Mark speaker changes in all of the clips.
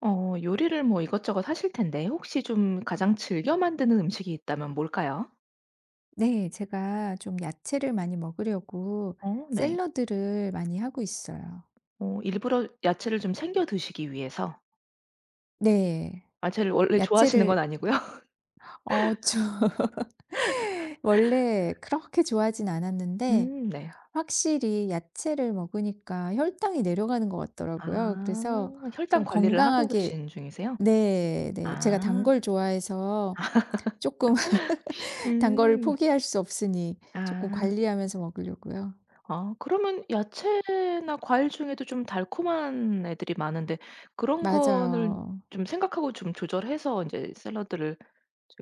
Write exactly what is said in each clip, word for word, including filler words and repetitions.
Speaker 1: 어 요리를 뭐 이것저것 하실 텐데 혹시 좀 가장 즐겨 만드는 음식이 있다면 뭘까요?
Speaker 2: 네. 제가 좀 야채를 많이 먹으려고
Speaker 1: 어 네.
Speaker 2: 샐러드를 많이 하고 있어요.
Speaker 1: 어 일부러 야채를 좀 챙겨 드시기 위해서.
Speaker 2: 네.
Speaker 1: 야채를 원래 좋아하시는 건
Speaker 2: 야채를
Speaker 1: 아니고요?
Speaker 2: 어 좀 원래 그렇게 좋아하진 않았는데
Speaker 1: 음 네.
Speaker 2: 확실히 야채를 먹으니까 혈당이 내려가는 것 같더라고요. 그래서
Speaker 1: 아 혈당
Speaker 2: 좀
Speaker 1: 관리를 하고
Speaker 2: 건강하게.
Speaker 1: 계신 중이세요?
Speaker 2: 네, 네. 제가 단
Speaker 1: 아.
Speaker 2: 걸 좋아해서 조금 단 거를
Speaker 1: 음.
Speaker 2: 포기할 수 없으니 조금
Speaker 1: 아.
Speaker 2: 관리하면서 먹으려고요.
Speaker 1: 어 그러면 야채나 과일 중에도 좀 달콤한 애들이 많은데 그런 거를
Speaker 2: 맞아요.
Speaker 1: 좀 생각하고 좀 조절해서 이제 샐러드를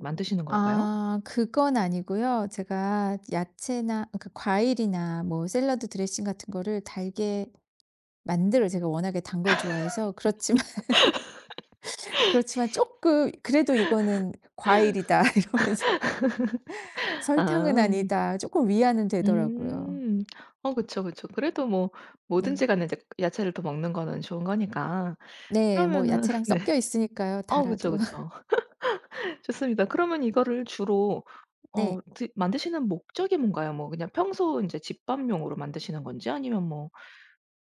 Speaker 1: 만드시는 걸까요?
Speaker 2: 아 그건 아니고요. 제가 야채나 그러니까 과일이나 뭐 샐러드 드레싱 같은 거를 달게 만들어요. 제가 워낙에 단 걸 좋아해서. 그렇지만 그렇지만 조금 '그래도 이거는 과일이다.' 이러면서 '설탕은
Speaker 1: 아.
Speaker 2: 아니다.' 조금 위안은 되더라고요.
Speaker 1: 음. 어 그쵸, 그쵸. 그래도 뭐
Speaker 2: 네.
Speaker 1: 뭐든지 간에 이제 야채를 더 먹는 거는 좋은 거니까.
Speaker 2: 네. 뭐
Speaker 1: 그러면은
Speaker 2: 야채랑
Speaker 1: 네.
Speaker 2: 섞여 있으니까요
Speaker 1: 어 그쵸,
Speaker 2: 달아도.
Speaker 1: 그쵸. 좋습니다. 그러면 이거를 주로 어
Speaker 2: 네.
Speaker 1: 드 만드시는 목적이 뭔가요? 뭐 그냥 평소 인제 집밥용으로 만드시는 건지 아니면 뭐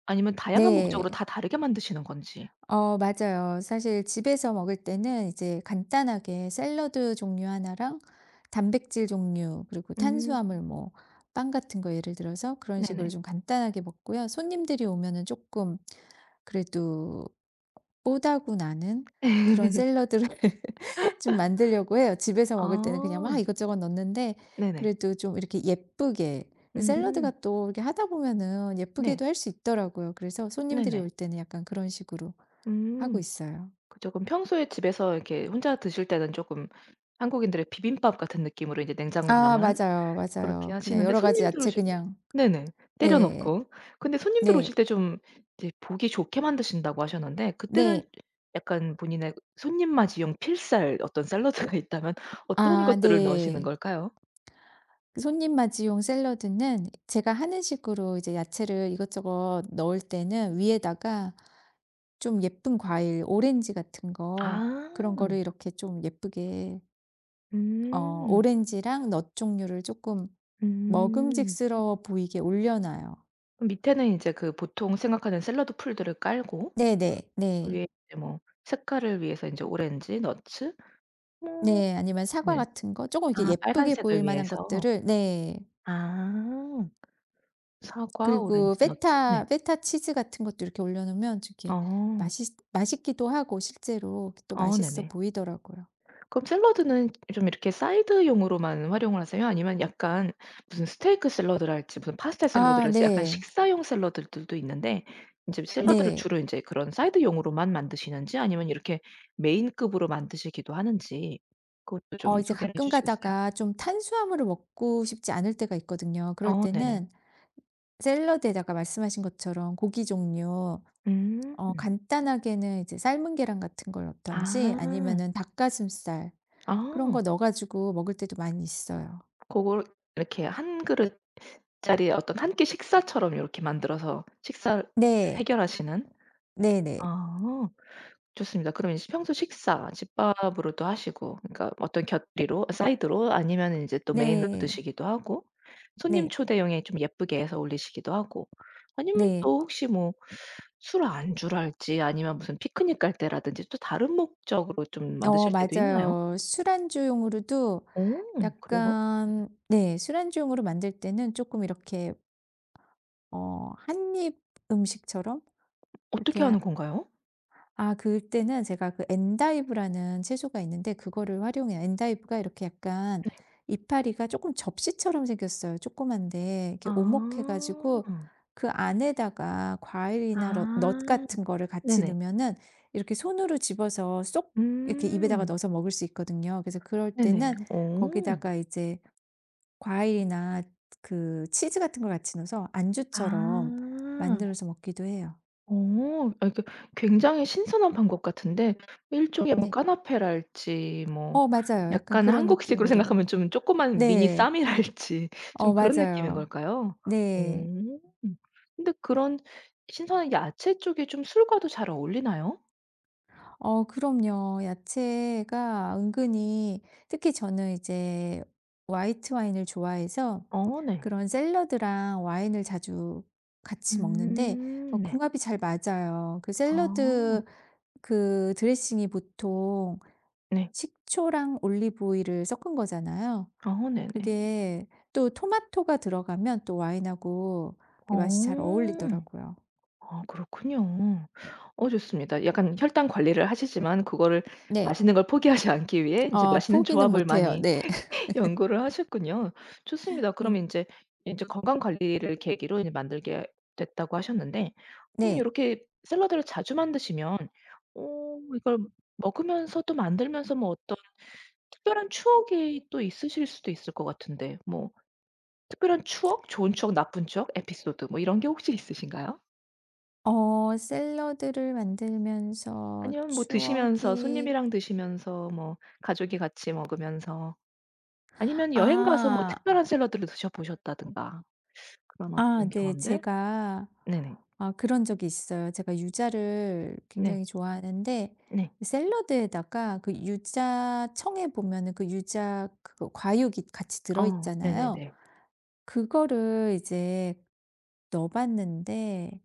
Speaker 1: 아니면 다양한
Speaker 2: 네.
Speaker 1: 목적으로 다 다르게 만드시는 건지.
Speaker 2: 어 맞아요. 사실 집에서 먹을 때는 이제 간단하게 샐러드 종류 하나랑 단백질 종류 그리고
Speaker 1: 음.
Speaker 2: 탄수화물 뭐 빵 같은 거 예를 들어서 그런 식으로
Speaker 1: 네네.
Speaker 2: 좀 간단하게 먹고요. 손님들이 오면은 조금 그래도 뽀다구 나는 그런 샐러드를 좀 만들려고 해요. 집에서 먹을 때는 그냥 막
Speaker 1: 아.
Speaker 2: 이것저것 넣는데
Speaker 1: 네네.
Speaker 2: 그래도 좀 이렇게 예쁘게,
Speaker 1: 음.
Speaker 2: 샐러드가 또 이렇게 하다 보면은
Speaker 1: 네.
Speaker 2: 예쁘게도 할 수 있더라고요. 그래서 손님들이
Speaker 1: 네네.
Speaker 2: 올 때는 약간 그런 식으로 하고
Speaker 1: 음.
Speaker 2: 있어요.
Speaker 1: 그 조금 평소에 집에서 이렇게 혼자 드실 때는 조금 한국인들의 비빔밥 같은 느낌으로 이제 냉장고
Speaker 2: 아
Speaker 1: 남은
Speaker 2: 맞아요,
Speaker 1: 그렇게
Speaker 2: 맞아요. 그냥
Speaker 1: 하시는데
Speaker 2: 여러 가지
Speaker 1: 손님들
Speaker 2: 야채
Speaker 1: 오실 때
Speaker 2: 그냥.
Speaker 1: 네네. 때려
Speaker 2: 네.
Speaker 1: 넣고. 근데 손님들
Speaker 2: 네.
Speaker 1: 오실 때 좀 이제 보기 좋게 만드신다고 하셨는데 그때는
Speaker 2: 네.
Speaker 1: 약간 본인의 손님 맞이용 필살 어떤 샐러드가 있다면 어떤
Speaker 2: 아
Speaker 1: 것들을 넣으시는
Speaker 2: 네.
Speaker 1: 걸까요?
Speaker 2: 그 손님 맞이용 샐러드는 제가 하는 식으로 이제 야채를 이것저것 넣을 때는 위에다가 좀 예쁜 과일 오렌지 같은 거,
Speaker 1: 아.
Speaker 2: 그런 거를 이렇게 좀 예쁘게, 어
Speaker 1: 음.
Speaker 2: 오렌지랑 넛 종류를 조금
Speaker 1: 음.
Speaker 2: 먹음직스러워 보이게 올려놔요.
Speaker 1: 그럼 밑에는 인제 그 보통 생각하는 샐러드 풀들을 깔고
Speaker 2: 네네. 네.
Speaker 1: 그
Speaker 2: 네.
Speaker 1: 위에 이제 뭐 색깔을 위해서 인제 오렌지, 너츠 뭐
Speaker 2: 네, 아니면 사과
Speaker 1: 네.
Speaker 2: 같은 거 조금 이렇게
Speaker 1: 아
Speaker 2: 예쁘게
Speaker 1: 빨간색을
Speaker 2: 보일 만한
Speaker 1: 위해서.
Speaker 2: 것들을. 네.
Speaker 1: 아. 사과,
Speaker 2: 그리고
Speaker 1: 오렌지, 너츠. 네.
Speaker 2: 페타 페타 치즈 같은 것도 이렇게 올려 놓으면 이렇게
Speaker 1: 어.
Speaker 2: 맛있 맛있기도 하고 실제로 또
Speaker 1: 어
Speaker 2: 맛있어
Speaker 1: 네네.
Speaker 2: 보이더라고요.
Speaker 1: 그럼 샐러드는 좀 이렇게 사이드용으로만 활용을 하세요? 아니면 약간 무슨 스테이크 샐러드랄지 무슨 파스타
Speaker 2: 아
Speaker 1: 샐러드랄지 약간
Speaker 2: 네.
Speaker 1: 식사용 샐러드들도 있는데 인제 샐러드를
Speaker 2: 네.
Speaker 1: 주로 인제 그런 사이드용으로만 만드시는지 아니면 이렇게 메인급으로 만드시기도 하는지 그것도
Speaker 2: 어
Speaker 1: 좀
Speaker 2: 이제
Speaker 1: 소개를 해
Speaker 2: 가끔
Speaker 1: 주시겠어요?
Speaker 2: 가다가 좀 탄수화물을 먹고 싶지 않을 때가 있거든요. 그럴
Speaker 1: 어 네네.
Speaker 2: 때는 샐러드에다가 말씀하신 것처럼 고기 종류,
Speaker 1: 음.
Speaker 2: 어 간단하게는 이제 삶은 계란 같은 걸 넣던지
Speaker 1: 아.
Speaker 2: 아니면은 닭가슴살, 그런
Speaker 1: 아.
Speaker 2: 거 넣어 가지고 먹을 때도 많이 있어요.
Speaker 1: 고걸 이렇게 한 그릇짜리 어떤 한 끼 식사처럼 요렇게 만들어서 식사를
Speaker 2: 네.
Speaker 1: 해결하시는?
Speaker 2: 네네.
Speaker 1: 아 좋습니다. 그럼 이제 평소 식사 집밥으로도 하시고 그러니까 어떤 곁들이로 사이드로 아니면은 인제 또 메인으로
Speaker 2: 네.
Speaker 1: 드시기도 하고 손님
Speaker 2: 네.
Speaker 1: 초대용에 좀 예쁘게 해서 올리시기도 하고 아니면
Speaker 2: 네.
Speaker 1: 또 혹시 뭐 술 안주랄지 아니면 무슨 피크닉 갈 때라든지 또 다른 목적으로 좀
Speaker 2: 어
Speaker 1: 만드실 때도 있나요?
Speaker 2: 맞아요. 술안주용으로도,
Speaker 1: 오, 그래요?
Speaker 2: 약간 네 술안주용으로 만들 때는 조금 이렇게 어 한입 음식처럼
Speaker 1: 어떻게
Speaker 2: 이렇게.
Speaker 1: 하는 건가요?
Speaker 2: 아 그때는 제가 그 엔다이브라는 채소가 있는데 그거를 활용해요. 엔다이브가 이렇게 약간 이파리가 조금 접시처럼 생겼어요, 조그만데. 이렇게
Speaker 1: 아.
Speaker 2: 오목해 가지고 그 안에다가 과일이나 럿 넛
Speaker 1: 아
Speaker 2: 같은 거를 같이
Speaker 1: 네네.
Speaker 2: 넣으면은 이렇게 손으로 집어서 쏙 이렇게 입에다가
Speaker 1: 음.
Speaker 2: 넣어서 먹을 수 있거든요. 그래서 그럴
Speaker 1: 네네.
Speaker 2: 때는
Speaker 1: 오,
Speaker 2: 거기다가 이제 과일이나 그 치즈 같은 걸 같이 넣어서 안주처럼
Speaker 1: 아.
Speaker 2: 만들어서 먹기도 해요.
Speaker 1: 오 아 이게 굉장히 신선한 방법 같은데 일종의 뭐
Speaker 2: 네.
Speaker 1: 까나페랄지 뭐
Speaker 2: 어 맞아요. 약간
Speaker 1: 약간
Speaker 2: 그런
Speaker 1: 한국식으로
Speaker 2: 느낌으로.
Speaker 1: 생각하면 좀 조그만 미니
Speaker 2: 네.
Speaker 1: 쌈이랄지 좀
Speaker 2: 어
Speaker 1: 그런 느낌인
Speaker 2: 맞아요.
Speaker 1: 걸까요? 오
Speaker 2: 네.
Speaker 1: 근데 그런 신선한 야채 쪽이 좀 술과도 잘 어울리나요?
Speaker 2: 어 그럼요. 야채가 은근히, 특히 저는 이제 화이트 와인을 좋아해서
Speaker 1: 어 네.
Speaker 2: 그런 샐러드랑 와인을 자주 같이 먹는데 어
Speaker 1: 음 네.
Speaker 2: 궁합이 잘 맞아요. 그
Speaker 1: 아
Speaker 2: 샐러드 그 드레싱이 보통
Speaker 1: 네.
Speaker 2: 식초랑 올리브 오일을 섞은 거잖아요.
Speaker 1: 아 네네.
Speaker 2: 그게 또 토마토가 들어가면 또 와인하고 그 맛이 잘
Speaker 1: 어.
Speaker 2: 어울리더라고요.
Speaker 1: 아 그렇군요. 어 좋습니다. 약간 혈당 관리를 하시지만 그거를
Speaker 2: 네.
Speaker 1: 맛있는 걸 포기하지 않기 위해 이제
Speaker 2: 어
Speaker 1: 맛있는
Speaker 2: 포기는
Speaker 1: 조합을
Speaker 2: 못해요.
Speaker 1: 많이
Speaker 2: 네.
Speaker 1: 연구를 하셨군요. 좋습니다. 그럼
Speaker 2: 네.
Speaker 1: 이제 이제 건강 관리를 계기로 이제 만들게 됐다고 하셨는데 그럼 이
Speaker 2: 네.
Speaker 1: 렇게 샐러드를 자주 만드시면 어 이걸 먹으면서 도 만들면서 뭐 어떤 특별한 추억이 또 있으실 수도 있을 것 같은데 뭐 특별한 추억, 좋은 추억, 나쁜 추억, 에피소드 뭐 이런 게 혹시 있으신가요?
Speaker 2: 어 샐러드를 만들면서
Speaker 1: 아니면 뭐 드시면서
Speaker 2: 추억이.
Speaker 1: 손님이랑 드시면서 뭐 가족이 같이 먹으면서 아니면 여행 가서 뭐
Speaker 2: 아.
Speaker 1: 특별한 샐러드를 드셔 보셨다든가 그런
Speaker 2: 아
Speaker 1: 어떤
Speaker 2: 네.
Speaker 1: 경험들?
Speaker 2: 제가.
Speaker 1: 네네.
Speaker 2: 아 그런 적이 있어요. 제가 유자를
Speaker 1: 네.
Speaker 2: 굉장히 좋아하는데
Speaker 1: 네.
Speaker 2: 샐러드에다가 그 유자청에 보면은 그 유자 그 과육이 같이 들어
Speaker 1: 어
Speaker 2: 있잖아요.
Speaker 1: 네네네.
Speaker 2: 그거를 이제 넣어 봤는데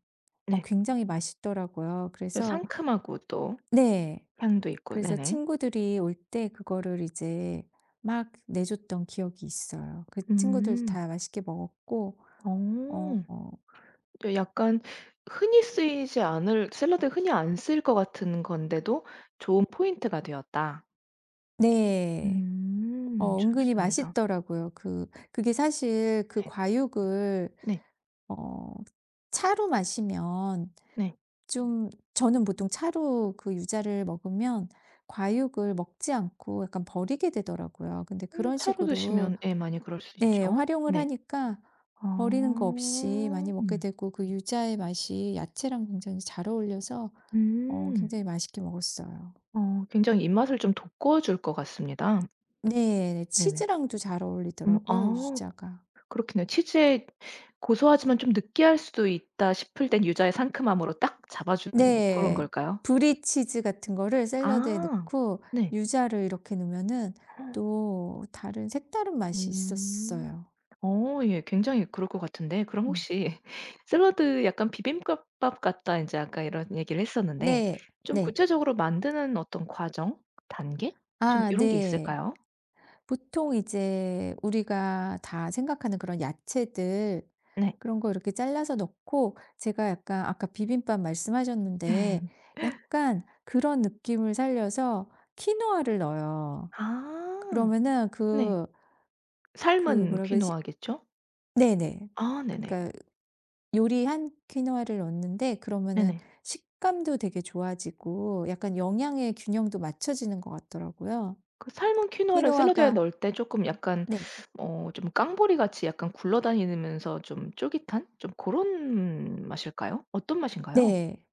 Speaker 2: 어
Speaker 1: 네.
Speaker 2: 굉장히 맛있더라고요.
Speaker 1: 또
Speaker 2: 그래서
Speaker 1: 상큼하고 또
Speaker 2: 네.
Speaker 1: 향도 있고.
Speaker 2: 그래서
Speaker 1: 네네.
Speaker 2: 친구들이 올 때 그거를 이제 막 내줬던 기억이 있어요. 그 친구들도
Speaker 1: 음.
Speaker 2: 다 맛있게 먹었고 어
Speaker 1: 어.
Speaker 2: 어
Speaker 1: 또 약간 흔히 쓰이지 않을 샐러드에 흔히 안 쓰일 것 같은 건데도 좋은 포인트가 되었다.
Speaker 2: 네.
Speaker 1: 음
Speaker 2: 어 은근히
Speaker 1: 좋습니다.
Speaker 2: 맛있더라고요. 그 그게 사실 그
Speaker 1: 네.
Speaker 2: 과육을
Speaker 1: 네.
Speaker 2: 어 차로 마시면,
Speaker 1: 네.
Speaker 2: 좀 저는 보통 차로 그 유자를 먹으면 과육을 먹지 않고 약간 버리게 되더라고요. 근데
Speaker 1: 음
Speaker 2: 그런
Speaker 1: 차로
Speaker 2: 식으로
Speaker 1: 드시면 예 많이 그럴 수
Speaker 2: 네.
Speaker 1: 있죠.
Speaker 2: 활용을
Speaker 1: 네.
Speaker 2: 하니까 버리는 거
Speaker 1: 아.
Speaker 2: 없이 많이 먹게
Speaker 1: 음.
Speaker 2: 되고 그 유자의 맛이 야채랑 굉장히 잘 어울려서 어
Speaker 1: 음.
Speaker 2: 굉장히 맛있게 먹었어요.
Speaker 1: 어 굉장히 입맛을 좀 돋궈줄 것 같습니다.
Speaker 2: 네. 네,
Speaker 1: 네네.
Speaker 2: 치즈랑도 잘
Speaker 1: 음
Speaker 2: 어울리더라고요,
Speaker 1: 아
Speaker 2: 유자가.
Speaker 1: 그렇겠네요. 치즈의 고소하지만 좀 느끼할 수도 있다 싶을 땐 유자의 상큼함으로 딱 잡아주는 그런
Speaker 2: 네.
Speaker 1: 걸까요?
Speaker 2: 브리 치즈 같은 거를 샐러드에
Speaker 1: 아.
Speaker 2: 넣고
Speaker 1: 네.
Speaker 2: 유자를 이렇게 넣으면은 또 다른 색다른 맛이
Speaker 1: 음.
Speaker 2: 있었어요.
Speaker 1: 어 예. 굉장히 그럴 것 같은데 그럼
Speaker 2: 음.
Speaker 1: 혹시 샐러드 약간 비빔밥 같다 이제 아까 이런 얘기를 했었는데
Speaker 2: 네.
Speaker 1: 좀
Speaker 2: 네.
Speaker 1: 구체적으로 만드는 어떤 과정, 단계 좀
Speaker 2: 아
Speaker 1: 이런 게
Speaker 2: 네.
Speaker 1: 있을까요?
Speaker 2: 보통 이제 우리가 다 생각하는 그런 야채들,
Speaker 1: 네.
Speaker 2: 그런 거 이렇게 잘라서 넣고, 제가 약간 아까 비빔밥 말씀하셨는데 약간 그런 느낌을 살려서 키노아를 넣어요.
Speaker 1: 아
Speaker 2: 그러면은
Speaker 1: 네.
Speaker 2: 그 그
Speaker 1: 삶은
Speaker 2: 뭐라 그러지?
Speaker 1: 퀴노아겠죠?
Speaker 2: 네네.
Speaker 1: 아 네네.
Speaker 2: 그러니까 요리한 키노아를 넣는데 그러면은
Speaker 1: 네네.
Speaker 2: 식감도 되게 좋아지고 약간 영양의 균형도 맞춰지는 것 같더라고요.
Speaker 1: 그 삶은 퀴노아를 샐러드에
Speaker 2: 키노아가.
Speaker 1: 넣을 때 조금 약간
Speaker 2: 네.
Speaker 1: 어 좀 깡보리 같이 약간 굴러다니면서 좀 쫄깃한 좀 그런 맛일까요? 어떤 맛인가요?
Speaker 2: 네.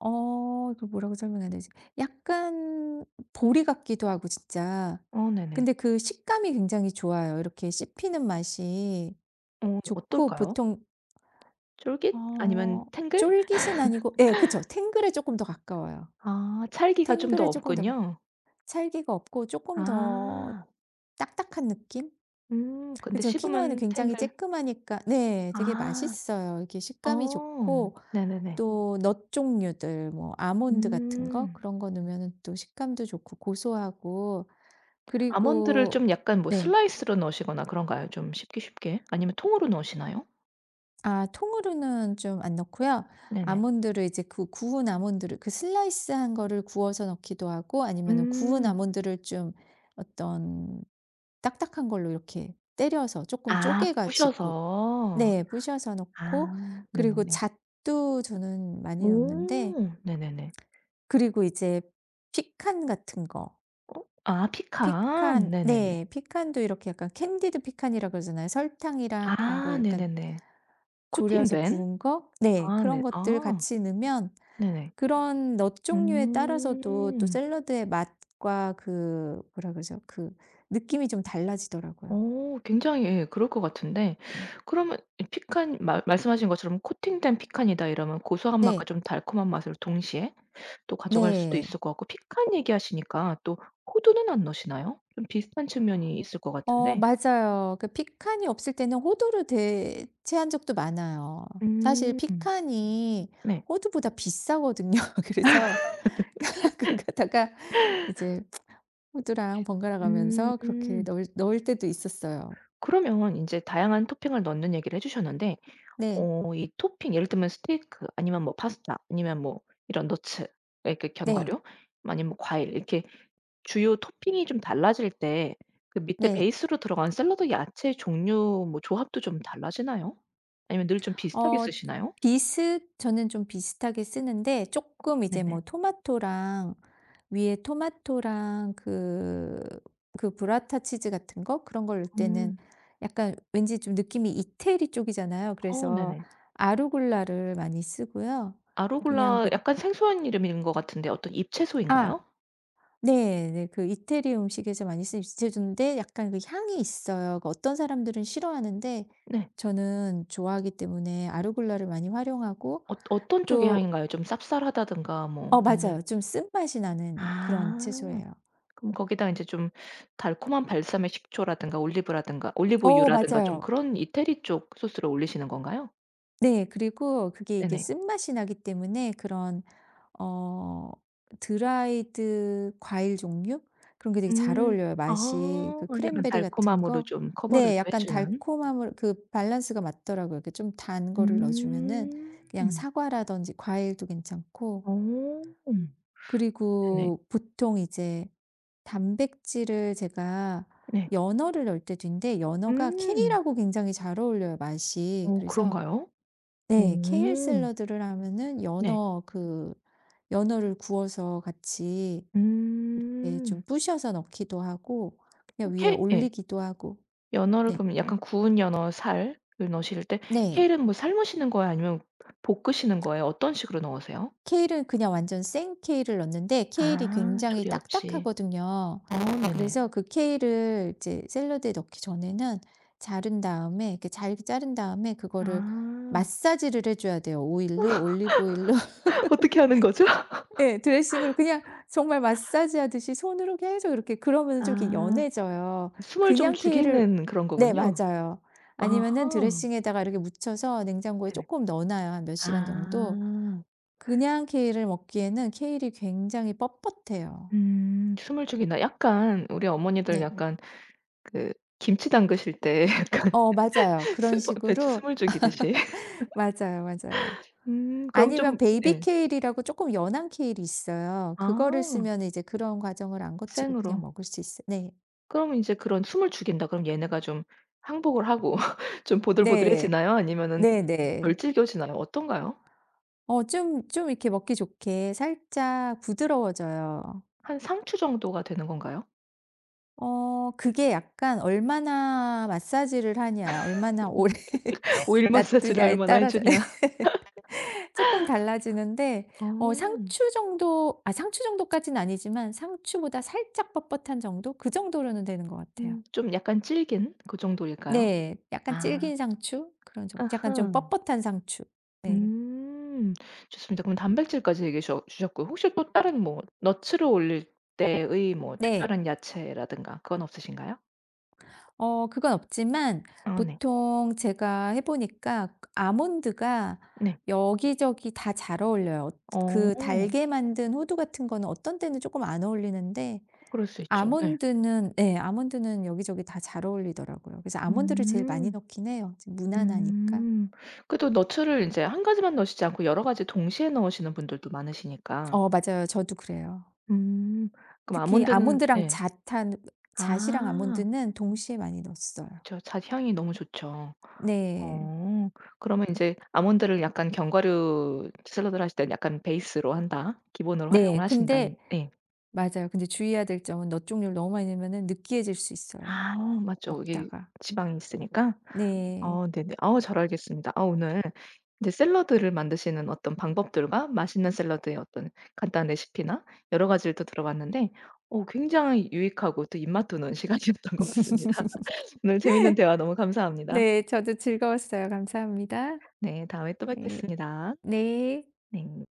Speaker 2: 어 그 뭐라고 설명해야 되지? 약간 보리 같기도 하고 진짜.
Speaker 1: 어 네네.
Speaker 2: 근데 그 식감이 굉장히 좋아요. 이렇게 씹히는 맛이
Speaker 1: 어
Speaker 2: 좋고
Speaker 1: 어떨까요?
Speaker 2: 보통
Speaker 1: 쫄깃? 아니면
Speaker 2: 어
Speaker 1: 탱글?
Speaker 2: 쫄깃은 아니고 예 그쵸. 탱글에 조금 더 가까워요.
Speaker 1: 아 찰기가 좀 더
Speaker 2: 탱글에 조금 더 가,
Speaker 1: 없군요.
Speaker 2: 살기가 없고 조금 더
Speaker 1: 아.
Speaker 2: 딱딱한 느낌?
Speaker 1: 음 근데
Speaker 2: 그죠. 키노아는
Speaker 1: 씹으면
Speaker 2: 굉장히
Speaker 1: 탱글.
Speaker 2: 쬐끔하니까 네 되게
Speaker 1: 아.
Speaker 2: 맛있어요. 이게 식감이
Speaker 1: 어.
Speaker 2: 좋고
Speaker 1: 네네네.
Speaker 2: 또 넛 종류들 뭐 아몬드 같은 거
Speaker 1: 음.
Speaker 2: 그런 거 넣으면은 또 식감도 좋고 고소하고
Speaker 1: 아몬드를
Speaker 2: 그리고.
Speaker 1: 좀 약간 뭐
Speaker 2: 네.
Speaker 1: 슬라이스로 넣으시거나 그런가요? 좀 쉽게 쉽게? 아니면 통으로 넣으시나요?
Speaker 2: 아 통으로는 좀 안 넣고요.
Speaker 1: 네네.
Speaker 2: 아몬드를 이제 그 구운 아몬드를 그 슬라이스한 거를 구워서 넣기도 하고 아니면은 구운
Speaker 1: 음.
Speaker 2: 아몬드를 좀 어떤 딱딱한 걸로 이렇게 때려서 쪼끔
Speaker 1: 아
Speaker 2: 쪼개 가지고
Speaker 1: 부셔서.
Speaker 2: 네 부셔서
Speaker 1: 아
Speaker 2: 넣고 그리고
Speaker 1: 네네네.
Speaker 2: 잣도 저는 많이 넣는데
Speaker 1: 오 네네네.
Speaker 2: 그리고 이제 피칸 같은 거,
Speaker 1: 어 아 피칸.
Speaker 2: 피칸.
Speaker 1: 네네네.
Speaker 2: 네. 피칸도 이렇게 약간 캔디드 피칸이라 그러잖아요. 설탕이랑 그런
Speaker 1: 아
Speaker 2: 거에 약간
Speaker 1: 네네네.
Speaker 2: 졸여서
Speaker 1: 코팅된.
Speaker 2: 구운 거? 네.
Speaker 1: 아
Speaker 2: 그런
Speaker 1: 네.
Speaker 2: 것들
Speaker 1: 아
Speaker 2: 같이 넣으면
Speaker 1: 네네.
Speaker 2: 그런 넛 종류에 따라서도 또
Speaker 1: 음.
Speaker 2: 샐러드의 맛과 그 뭐라 그러죠? 그 느낌이 좀 달라지더라고요.
Speaker 1: 어 굉장히 예 그럴 것 같은데
Speaker 2: 음.
Speaker 1: 그러면 이 피칸 말 말씀하신 것처럼 "코팅된 피칸이다." 이러면 고소한 맛과
Speaker 2: 네.
Speaker 1: 좀 달콤한 맛을 동시에 또 가져갈 수도
Speaker 2: 네.
Speaker 1: 있을 것 같고 피칸 얘기하시니까 또 호두는 안 넣으시나요? 좀 비슷한 측면이 있을 것
Speaker 2: 어
Speaker 1: 같은데.
Speaker 2: 맞아요. 그 피칸이 없을 때는 호두를 대체한 적도 많아요. 사실
Speaker 1: 음.
Speaker 2: 피칸이
Speaker 1: 네.
Speaker 2: 호두보다 비싸거든요. 그래서 그 가다가 이제 호두랑 번갈아 가면서 그렇게
Speaker 1: 음.
Speaker 2: 넣을 넣을 때도 있었어요.
Speaker 1: 그러면 인제 다양한 토핑을 넣는 얘기를 해 주셨는데
Speaker 2: 네.
Speaker 1: 어 이 토핑 예를 들면 스테이크 아니면 뭐 파스타 아니면 뭐 이런 너츠 이렇게
Speaker 2: 네.
Speaker 1: 견과류 아니면 뭐 과일 이렇게 주요 토핑이 좀 달라질 때 그 밑에
Speaker 2: 네.
Speaker 1: 베이스로 들어간 샐러드 야채 종류 뭐 조합도 좀 달라지나요? 아니면 늘 좀 비슷하게
Speaker 2: 어
Speaker 1: 쓰시나요?
Speaker 2: 비슷 저는 좀 비슷하게 쓰는데 조금 이제
Speaker 1: 네네.
Speaker 2: 뭐 토마토랑, 위에 토마토랑 그 그 브라타 치즈 같은 거 그런 걸 넣을 때는
Speaker 1: 음.
Speaker 2: 약간 왠지 좀 느낌이 이태리 쪽이잖아요.
Speaker 1: 어
Speaker 2: 그래서
Speaker 1: 네네.
Speaker 2: 아루굴라를 많이 쓰고요. 그냥
Speaker 1: 아로글라
Speaker 2: 뭐
Speaker 1: 약간 생소한 이름인 것 같은데 어떤
Speaker 2: 아
Speaker 1: 잎채소인가요?
Speaker 2: 네. 네. 그 이태리 음식에서 많이 쓰는 제주인데 약간 그 향이 있어요. 그 어떤 사람들은 싫어하는데
Speaker 1: 네.
Speaker 2: 저는 좋아하기 때문에 아르골라를 많이 활용하고
Speaker 1: 어 어떤 쪽의
Speaker 2: 또.
Speaker 1: 향인가요? 좀 쌉쌀하다든가 뭐
Speaker 2: 어
Speaker 1: 아니면
Speaker 2: 맞아요. 좀 쓴맛이 나는 그런
Speaker 1: 아.
Speaker 2: 채소예요.
Speaker 1: 그럼 거기다 인제 좀 달콤한 발사믹 식초라든가 올리브라든가
Speaker 2: 어
Speaker 1: 올리브유라든가 좀
Speaker 2: 맞아요.
Speaker 1: 그런 이태리 쪽 소스를 올리시는 건가요?
Speaker 2: 네. 그리고 그게 이게
Speaker 1: 네네.
Speaker 2: 쓴맛이 나기 때문에 그런 어 드라이드 과일 종류? 그런 게 되게 잘
Speaker 1: 음.
Speaker 2: 어울려요
Speaker 1: 아
Speaker 2: 맛이. 그
Speaker 1: 약간
Speaker 2: 크랜베리 같은
Speaker 1: 달콤함으로
Speaker 2: 거.
Speaker 1: 좀 커버를
Speaker 2: 네
Speaker 1: 또 해
Speaker 2: 약간 음.
Speaker 1: 주는.
Speaker 2: 달콤함을 그 밸런스가 맞더라고요. 이렇게 좀 단 거를 넣어 주면은 그냥
Speaker 1: 음.
Speaker 2: 사과라든지 과일도 괜찮고
Speaker 1: 어. 네네.
Speaker 2: 그리고 보통 이제 단백질을 제가
Speaker 1: 네.
Speaker 2: 연어를 넣을 때도 있는데 연어가
Speaker 1: 음.
Speaker 2: 캔이라고 굉장히 잘 어울려요 맛이.
Speaker 1: 어
Speaker 2: 그래서
Speaker 1: 그런가요?
Speaker 2: 네. 케일
Speaker 1: 오.
Speaker 2: 샐러드를 하면은
Speaker 1: 네.
Speaker 2: 연어 그 연어를 구워서 같이 예 좀
Speaker 1: 음.
Speaker 2: 부셔서 넣기도 하고
Speaker 1: 어
Speaker 2: 그냥
Speaker 1: 케
Speaker 2: 위에
Speaker 1: 예.
Speaker 2: 올리기도 하고.
Speaker 1: 연어를
Speaker 2: 네.
Speaker 1: 그럼 약간 구운 연어 살을 넣으실 때
Speaker 2: 네.
Speaker 1: 케일은 뭐 삶으시는 거예요? 아니면 볶으시는 거예요? 어떤 식으로 넣으세요?
Speaker 2: 케일은 그냥 완전 생 케일을 넣는데 케일이
Speaker 1: 아
Speaker 2: 굉장히
Speaker 1: 조리 없이.
Speaker 2: 딱딱하거든요.
Speaker 1: 어 네네.
Speaker 2: 그래서 그 케일을 이제 샐러드에 넣기 전에는 자른 다음에 이렇게 잘게 자른 다음에 그거를
Speaker 1: 아.
Speaker 2: 마사지를 해 줘야 돼요. 오일로, 올리브 오일로.
Speaker 1: 어떻게 하는 거죠?
Speaker 2: 예. 드레싱으로 그냥 정말 마사지하듯이 손으로 계속 이렇게, 그러면은 좀 이렇게
Speaker 1: 아.
Speaker 2: 연해져요.
Speaker 1: 숨을 좀
Speaker 2: 그냥 케일을.
Speaker 1: 죽이는 그런
Speaker 2: 네
Speaker 1: 거군요.
Speaker 2: 맞아요. 아니면은
Speaker 1: 아하.
Speaker 2: 드레싱에다가 이렇게 묻혀서 냉장고에
Speaker 1: 네네.
Speaker 2: 쪼끔 넣어 놔요, 한 몇 시간 정도.
Speaker 1: 아.
Speaker 2: 그냥 케일을 먹기에는 케일이 굉장히 뻣뻣해요.
Speaker 1: 음 숨을 죽이나 약간 우리 어머니들 네.
Speaker 2: 네.
Speaker 1: 약간 그 김치 담그실 때 약간
Speaker 2: 어 맞아요. 그런
Speaker 1: 스버 배추
Speaker 2: 식으로.
Speaker 1: 숨을 죽이듯이.
Speaker 2: 맞아요, 맞아요.
Speaker 1: 음 그럼
Speaker 2: 아니면
Speaker 1: 좀
Speaker 2: 베이비
Speaker 1: 예.
Speaker 2: 케일이라고 쪼끔 연한 케일이 있어요. 그거를
Speaker 1: 아
Speaker 2: 쓰면은 이제 그런 과정을 안 거치고
Speaker 1: 생으로.
Speaker 2: 그냥 먹을 수 있어요. 네.
Speaker 1: 그럼 인제 그런 숨을 죽인다 그럼 얘네가 좀 항복을 하고 좀
Speaker 2: 네.
Speaker 1: 보들보들해지나요? 아니면은 덜
Speaker 2: 네네.
Speaker 1: 질겨지나요? 어떤가요?
Speaker 2: 어 좀 좀 이렇게 먹기 좋게 살짝 부드러워져요.
Speaker 1: 한 상추 정도가 되는 건가요?
Speaker 2: 어 그게 약간 얼마나 마사지를 하냐, 얼마나 오래
Speaker 1: 오일 마사지를
Speaker 2: 놔두냐에
Speaker 1: 얼마나 해
Speaker 2: 따라서
Speaker 1: 주냐.
Speaker 2: 조금 달라지는데 어
Speaker 1: 어.
Speaker 2: 상추 정도, 아 상추 정도까지는 아니지만 상추보다 살짝 뻣뻣한 정도? 그 정도로는 되는 것 같아요.
Speaker 1: 음 좀 약간 질긴 그 정도일까요?
Speaker 2: 네. 약간
Speaker 1: 아.
Speaker 2: 질긴 상추? 그런 정 약간 좀
Speaker 1: 아하.
Speaker 2: 뻣뻣한 상추. 네.
Speaker 1: 음. 좋습니다. 그럼 단백질까지 얘기해 주- 주셨고요. 혹시 또 다른 뭐 너츠를 올릴 때의 뭐
Speaker 2: 네.
Speaker 1: 특별한 야채라든가 그건 없으신가요?
Speaker 2: 어 그건 없지만
Speaker 1: 네. 아 네.
Speaker 2: 보통 제가 해 보니까 아몬드가
Speaker 1: 네.
Speaker 2: 여기저기 다 잘 어울려요.
Speaker 1: 어.
Speaker 2: 그 달게 만든 호두 같은 거는 어떤 때는 조금 안 어울리는데
Speaker 1: 그럴 수 있죠. 네.
Speaker 2: 아몬드는 네 아몬드는 여기저기 다 잘 어울리더라고요. 그래서 아몬드를 제일 많이
Speaker 1: 음.
Speaker 2: 넣긴 해요, 지금 무난하니까.
Speaker 1: 음. 그래도 너츠를 이제 한 가지만 넣으시지 않고 여러 가지 동시에 넣으시는 분들도 많으시니까.
Speaker 2: 어 맞아요. 저도 그래요.
Speaker 1: 음. 그럼
Speaker 2: 특히
Speaker 1: 아몬드는
Speaker 2: 아몬드랑
Speaker 1: 네
Speaker 2: 잣한 잣이랑
Speaker 1: 아.
Speaker 2: 아몬드는 동시에 많이 넣었어요.
Speaker 1: 그쵸. 잣향이 너무 좋죠.
Speaker 2: 네.
Speaker 1: 어. 그러면 이제 아몬드를 약간 견과류 샐러드를 하실 때는 약간 베이스로 한다. 기본으로
Speaker 2: 네.
Speaker 1: 활용을 하신다. 이
Speaker 2: 근데
Speaker 1: 네.
Speaker 2: 맞아요. 근데 주의해야 될 점은 너쪽를 너무 많이 넣으면은 느끼해질 수 있어요,
Speaker 1: 아 맞죠. 이게
Speaker 2: 먹다가.
Speaker 1: 지방이 있으니까.
Speaker 2: 네.
Speaker 1: 어 네네. 아우 잘 알겠습니다. 아 오늘 이제 샐러드를 만드시는 어떤 방법들과 맛있는 샐러드의 어떤 간단한 레시피나 여러 가지를 또 들어봤는데 어 굉장히 유익하고 또 입맛 도는 시간이었던 것 같습니다. 오늘 재밌는 대화 너무 감사합니다.
Speaker 2: 네. 저도 즐거웠어요. 감사합니다.
Speaker 1: 네. 다음에 또
Speaker 2: 네.
Speaker 1: 뵙겠습니다.
Speaker 2: 네.
Speaker 1: 네.